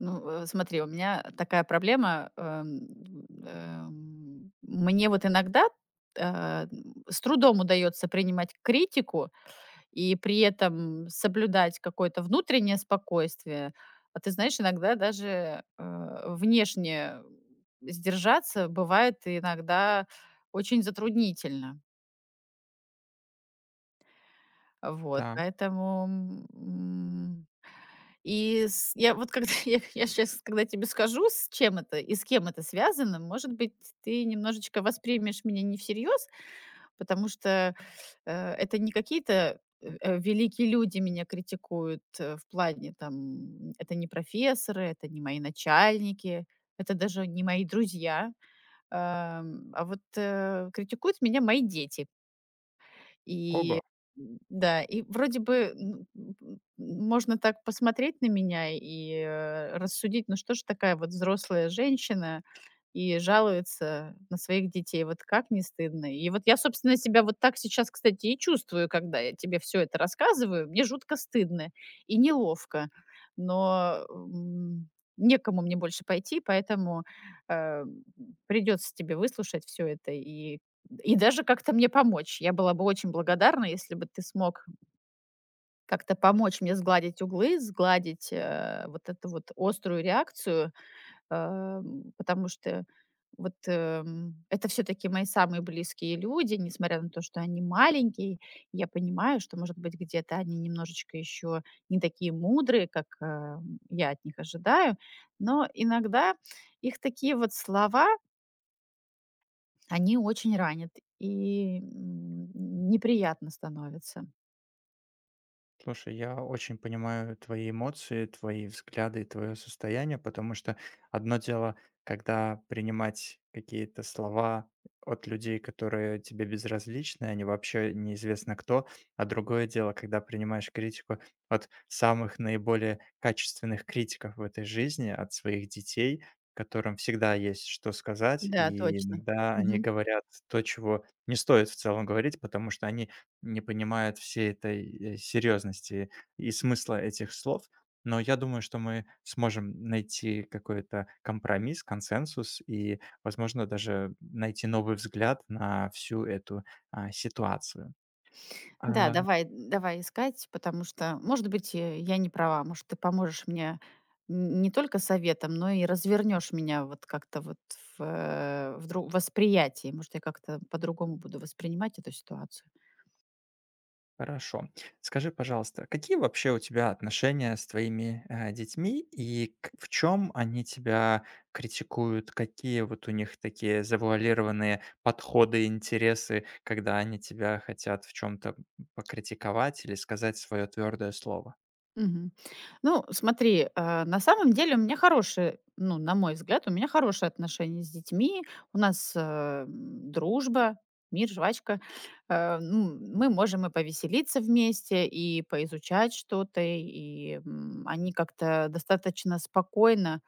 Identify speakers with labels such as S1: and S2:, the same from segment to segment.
S1: Ну, смотри, у меня такая проблема. Мне вот иногда э, с трудом удается принимать критику и при этом соблюдать какое-то внутреннее спокойствие. А ты знаешь, иногда даже внешне сдержаться бывает иногда очень затруднительно. Вот,
S2: Так.
S1: поэтому м, И с я вот когда я сейчас, когда тебе скажу, с чем это и с кем это связано, может быть, ты немножечко воспримешь меня не всерьез, потому что, это не какие-то, великие люди меня критикуют, в плане там, это не профессоры, это не мои начальники, это даже не мои друзья. А вот, критикуют меня мои дети.
S2: Ого.
S1: И, да, и вроде бы, можно так посмотреть на меня и, рассудить: "Ну что ж такая вот взрослая женщина и жалуется на своих детей, вот как не стыдно?" И вот я, собственно, себя вот так сейчас, кстати, и чувствую, когда я тебе все это рассказываю. Мне жутко стыдно и неловко, но, некому мне больше пойти, поэтому, э, придется тебе выслушать все это и даже как-то мне помочь. Я была бы очень благодарна, если бы ты смог как-то помочь мне сгладить углы, сгладить, вот эту вот острую реакцию, потому что вот, это все таки мои самые близкие люди, несмотря на то, что они маленькие. Я понимаю, что, может быть, где-то они немножечко еще не такие мудрые, как, я от них ожидаю, но иногда их такие вот слова, они очень ранят и, неприятно становится.
S2: Слушай, я очень понимаю твои эмоции, твои взгляды и твое состояние, потому что одно дело, когда принимать какие-то слова от людей, которые тебе безразличны, они вообще неизвестно кто, а другое дело, когда принимаешь критику от самых наиболее качественных критиков в этой жизни, от своих детей, которым всегда есть что сказать,
S1: Да,
S2: и
S1: точно.
S2: иногда они
S1: Мгм.
S2: говорят то, чего не стоит в целом говорить, потому что они не понимают всей этой, серьезности и смысла этих слов. Но я думаю, что мы сможем найти какой-то компромисс, консенсус и, возможно, даже найти новый взгляд на всю эту, ситуацию.
S1: Да,
S2: А
S1: давай давай искать, потому что, может быть, я не права. Может, ты поможешь мне н не только советом, но и развернешь меня вот как-то вот в дру восприятии. Может, я как-то по-другому буду воспринимать эту ситуацию.
S2: Хорошо. Скажи, пожалуйста, какие вообще у тебя отношения с твоими, детьми и к в чем они тебя критикуют? Какие вот у них такие завуалированные подходы, интересы, когда они тебя хотят в чем то покритиковать или сказать свое твердое слово?
S1: Мгм. Ну, смотри, а, на самом деле у меня хорошие, ну, на мой взгляд, у меня хорошие отношения с детьми. У нас дружба, мир, жвачка. Ну, мы можем и повеселиться вместе, и поизучать что-то, и они как-то достаточно спокойно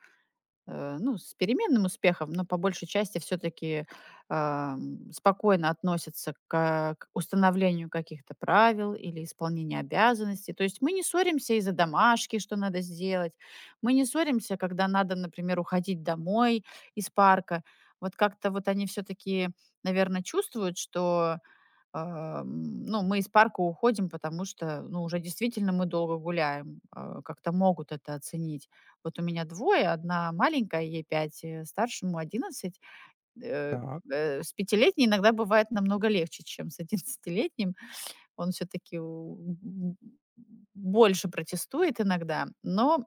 S1: ну, с переменным успехом, но по большей части все-таки спокойно относятся к установлению каких-то правил или исполнению обязанностей. То есть мы не ссоримся из-за домашки, что надо сделать. Мы не ссоримся, когда надо, например, уходить домой из парка. Вот как-то вот они все-таки, наверное, чувствуют, что ну, мы из парка уходим, потому что, ну, уже действительно мы долго гуляем, а, как-то могут это оценить. Вот у меня двое, одна маленькая, ей 5, старшему 11. Э,
S2: Так,
S1: с 5-летней иногда бывает намного легче, чем с 11-летним. Он все-таки больше протестует иногда. Но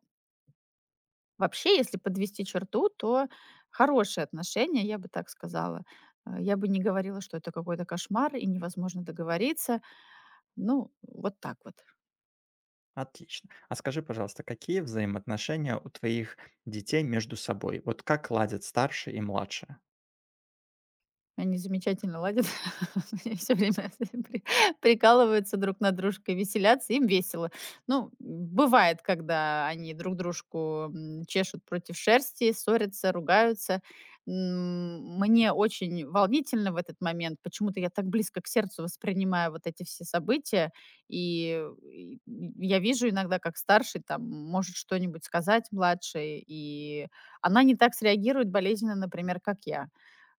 S1: вообще, если подвести черту, то хорошие отношения, я бы так сказала. Я бы не говорила, что это какой-то кошмар и невозможно договориться. Ну, вот так вот.
S2: отлично. А скажи, пожалуйста, какие взаимоотношения у твоих детей между собой? Вот как ладят старшие и младшие?
S1: Они замечательно ладят. Они всё время прикалываются друг над дружкой, веселятся, им весело. Ну, бывает, когда они друг дружку, чешут против шерсти, ссорятся, ругаются. Мне очень волнительно в этот момент. Почему-то я так близко к сердцу воспринимаю вот эти все события. И я вижу иногда, как старший там может что-нибудь сказать младшей, и она не так среагирует болезненно, например, как я.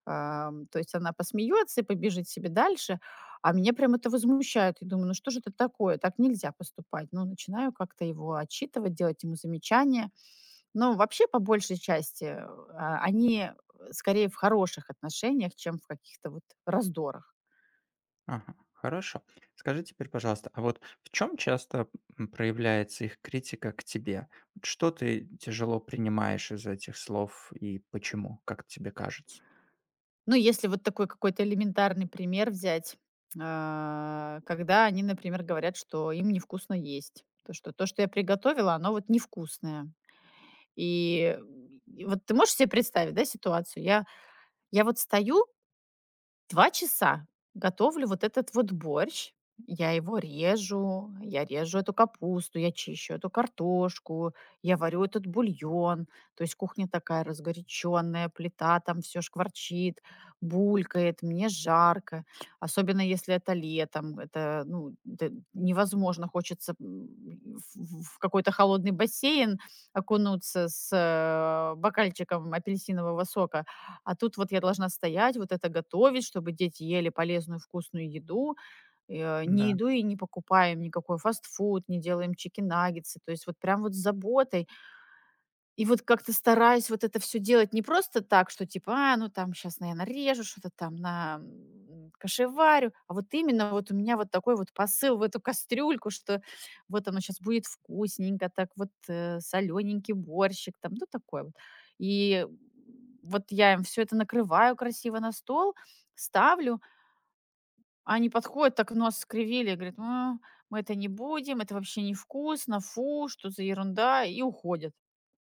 S1: То есть она посмеется и побежит себе дальше, а меня прям это возмущает. И думаю, ну что же это такое, так нельзя поступать. Ну, начинаю как-то его отчитывать, делать ему замечания. Но вообще, по большей части, они скорее в хороших отношениях, чем в каких-то вот раздорах.
S2: Ага, хорошо. Скажи теперь, пожалуйста, а вот в чем часто проявляется их критика к тебе? Вот что ты тяжело принимаешь из этих слов и почему, как тебе кажется?
S1: Ну, если вот такой какой-то элементарный пример взять, когда они, например, говорят, что им невкусно есть, то, что я приготовила, оно вот невкусное. И, и вот ты можешь себе представить, да, ситуацию? Я вот стою, 2 часа готовлю вот этот вот борщ. Я его режу, я режу эту капусту, я чищу эту картошку, я варю этот бульон. То есть кухня такая разгоряченная, плита там все шкварчит, булькает, мне жарко. Особенно если это летом, это ну, невозможно, хочется в какой-то холодный бассейн окунуться с бокальчиком апельсинового сока. А тут вот я должна стоять, вот это готовить, чтобы дети ели полезную вкусную еду. Э,
S2: Да,
S1: не иду и не покупаем никакой фастфуд, не делаем чики-наггетсы. То есть вот прям вот с заботой и вот как-то стараюсь вот это все делать не просто так, что типа: "А, ну там сейчас наверное нарежу, что-то там на кашеварю". А вот именно вот у меня вот такой вот посыл в эту кастрюльку, что вот оно сейчас будет вкусненько, так вот, солененький борщик там, ну такое вот. И вот я им все это накрываю красиво на стол, ставлю. Они подходят, так нос скривили, говорят: "А, мы это не будем, это вообще невкусно, фу, что за ерунда", и уходят.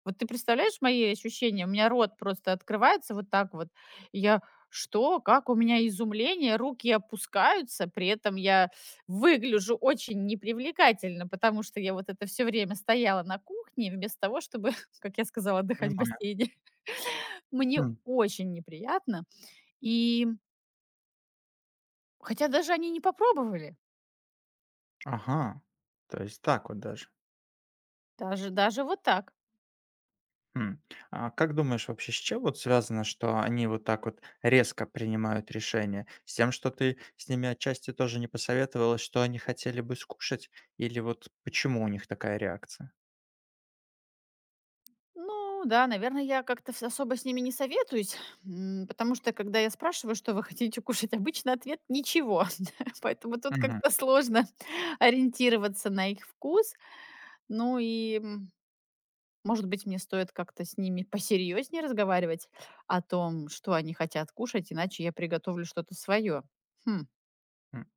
S1: Вот ты представляешь мои ощущения? У меня рот просто открывается вот так вот. И я: "Что? Как?" У меня изумление, руки опускаются, при этом я выгляжу очень непривлекательно, потому что я вот это все время стояла на кухне вместо того, чтобы, как я сказала, отдыхать в
S2: понимаю.
S1: бассейне. Мне
S2: М.
S1: очень неприятно. И хотя даже они не попробовали.
S2: Ага, то есть так вот даже.
S1: Даже даже вот так.
S2: Хм. А как думаешь вообще, с чем вот связано, что они вот так вот резко принимают решение? С тем, что ты с ними отчасти тоже не посоветовалась, что они хотели бы скушать? Или вот почему у них такая реакция?
S1: Ну да, наверное, я как-то с особо с ними не советуюсь, потому что, когда я спрашиваю, что вы хотите кушать, обычно ответ ничего. Поэтому тут как-то сложно ориентироваться на их вкус. Ну и, может быть, мне стоит как-то с ними посерьезнее разговаривать о том, что они хотят кушать, иначе я приготовлю что-то свое. Хм.
S2: М.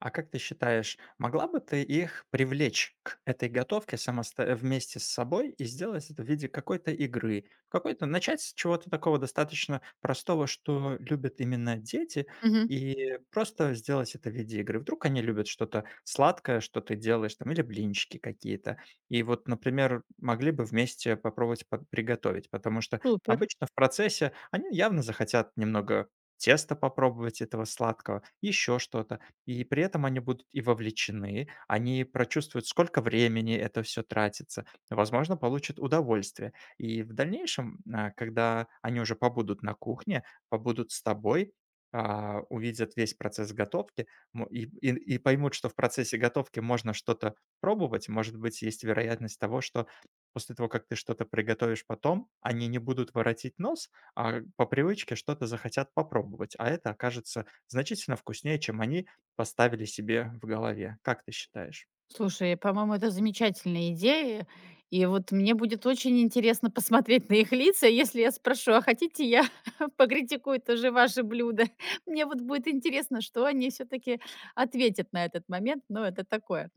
S2: А как ты считаешь, могла бы ты их привлечь к этой готовке самоста вместе с собой и сделать это в виде какой-то игры? Какой-то начать с чего-то такого достаточно простого, что любят именно дети, и просто сделать это в виде игры. Вдруг они любят что-то сладкое, что ты делаешь, там, или блинчики какие-то. И вот, например, могли бы вместе попробовать по- приготовить, потому что
S1: Супер.
S2: обычно в процессе они явно захотят немного теста попробовать этого сладкого, еще что-то. И при этом они будут и вовлечены, они прочувствуют, сколько времени это все тратится, возможно, получат удовольствие. И в дальнейшем, когда они уже побудут на кухне, побудут с тобой, увидят весь процесс готовки, мо и поймут, что в процессе готовки можно что-то пробовать. Может быть, есть вероятность того, что после того, как ты что-то приготовишь потом, они не будут воротить нос, а по привычке что-то захотят попробовать, а это окажется значительно вкуснее, чем они поставили себе в голове. Как ты считаешь?
S1: Слушай, по-моему, это замечательная идея. И вот мне будет очень интересно посмотреть на их лица, если я спрошу, а хотите я покритикую тоже ваши блюда? Мне вот будет интересно, что они все-таки ответят на этот момент, но это такое.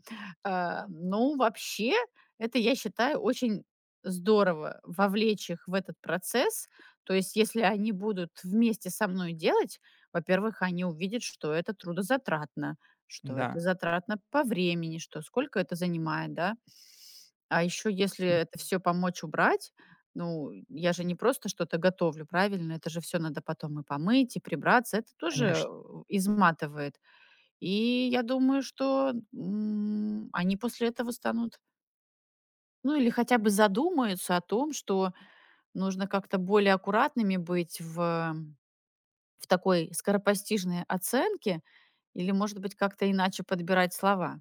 S1: Ну, вообще, это, я считаю, очень здорово вовлечь их в этот процесс. То есть, если они будут вместе со мной делать, во-первых, они увидят, что это трудозатратно, что это
S2: Да,
S1: затратно по времени, что сколько это занимает, да. А еще, если это все помочь убрать, ну, я же не просто что-то готовлю, правильно? Это же все надо потом и помыть, и прибраться. Это тоже,
S2: конечно.
S1: изматывает. И я думаю, что, они после этого станут, ну, или хотя бы задумаются о том, что нужно как-то более аккуратными быть в такой скоропостижной оценке или, может быть, как-то иначе подбирать слова,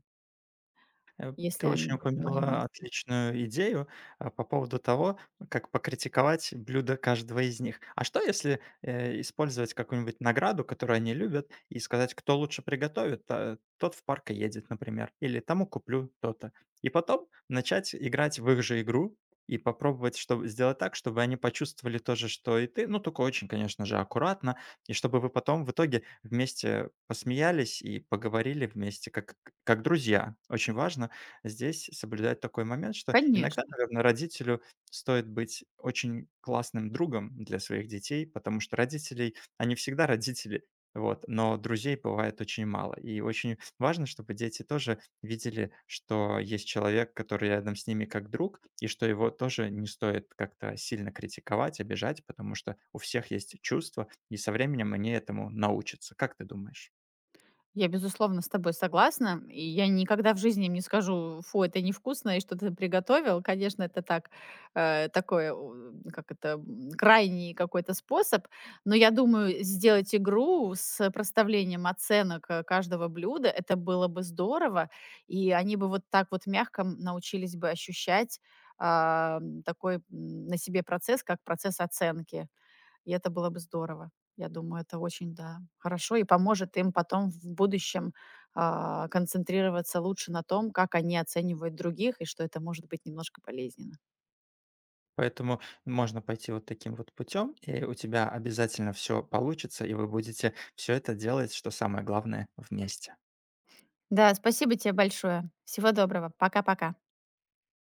S1: если
S2: Ты
S1: они
S2: очень
S1: будут на моем
S2: упомянула
S1: месте.
S2: отличную идею, по поводу того, как покритиковать блюдо каждого из них. А что, если, использовать какую-нибудь награду, которую они любят, и сказать, кто лучше приготовит, та тот в парк и едет, например, или тому куплю то-то. И потом начать играть в их же игру и попробовать, чтобы сделать так, чтобы они почувствовали то же, что и ты, ну, только очень, конечно же, аккуратно, и чтобы вы потом в итоге вместе посмеялись и поговорили вместе как друзья. Очень важно здесь соблюдать такой момент, что иногда,
S1: Конечно.
S2: наверное, родителю стоит быть очень классным другом для своих детей, потому что родителей, они всегда родители, вот, но друзей бывает очень мало. И очень важно, чтобы дети тоже видели, что есть человек, который рядом с ними как друг, и что его тоже не стоит как-то сильно критиковать, обижать, потому что у всех есть чувства, и со временем они этому научатся. Как ты думаешь?
S1: Я, безусловно, с тобой согласна. И я никогда в жизни им не скажу: "Фу, это невкусно, и что ты приготовил". Конечно, это так, такое, как это, крайний какой-то способ. Но я думаю, сделать игру с проставлением оценок, каждого блюда - это было бы здорово. И они бы вот так вот мягко, научились бы ощущать, такой, на себе процесс, как процесс оценки. И это было бы здорово. Я думаю, это очень, да, хорошо и поможет им потом в будущем, концентрироваться лучше на том, как они оценивают других и что это может быть немножко болезненно.
S2: Поэтому можно пойти вот таким вот путем, и у тебя обязательно все получится, и вы будете все это делать, что самое главное, вместе.
S1: Да, спасибо тебе большое. Всего доброго. Пока-пока.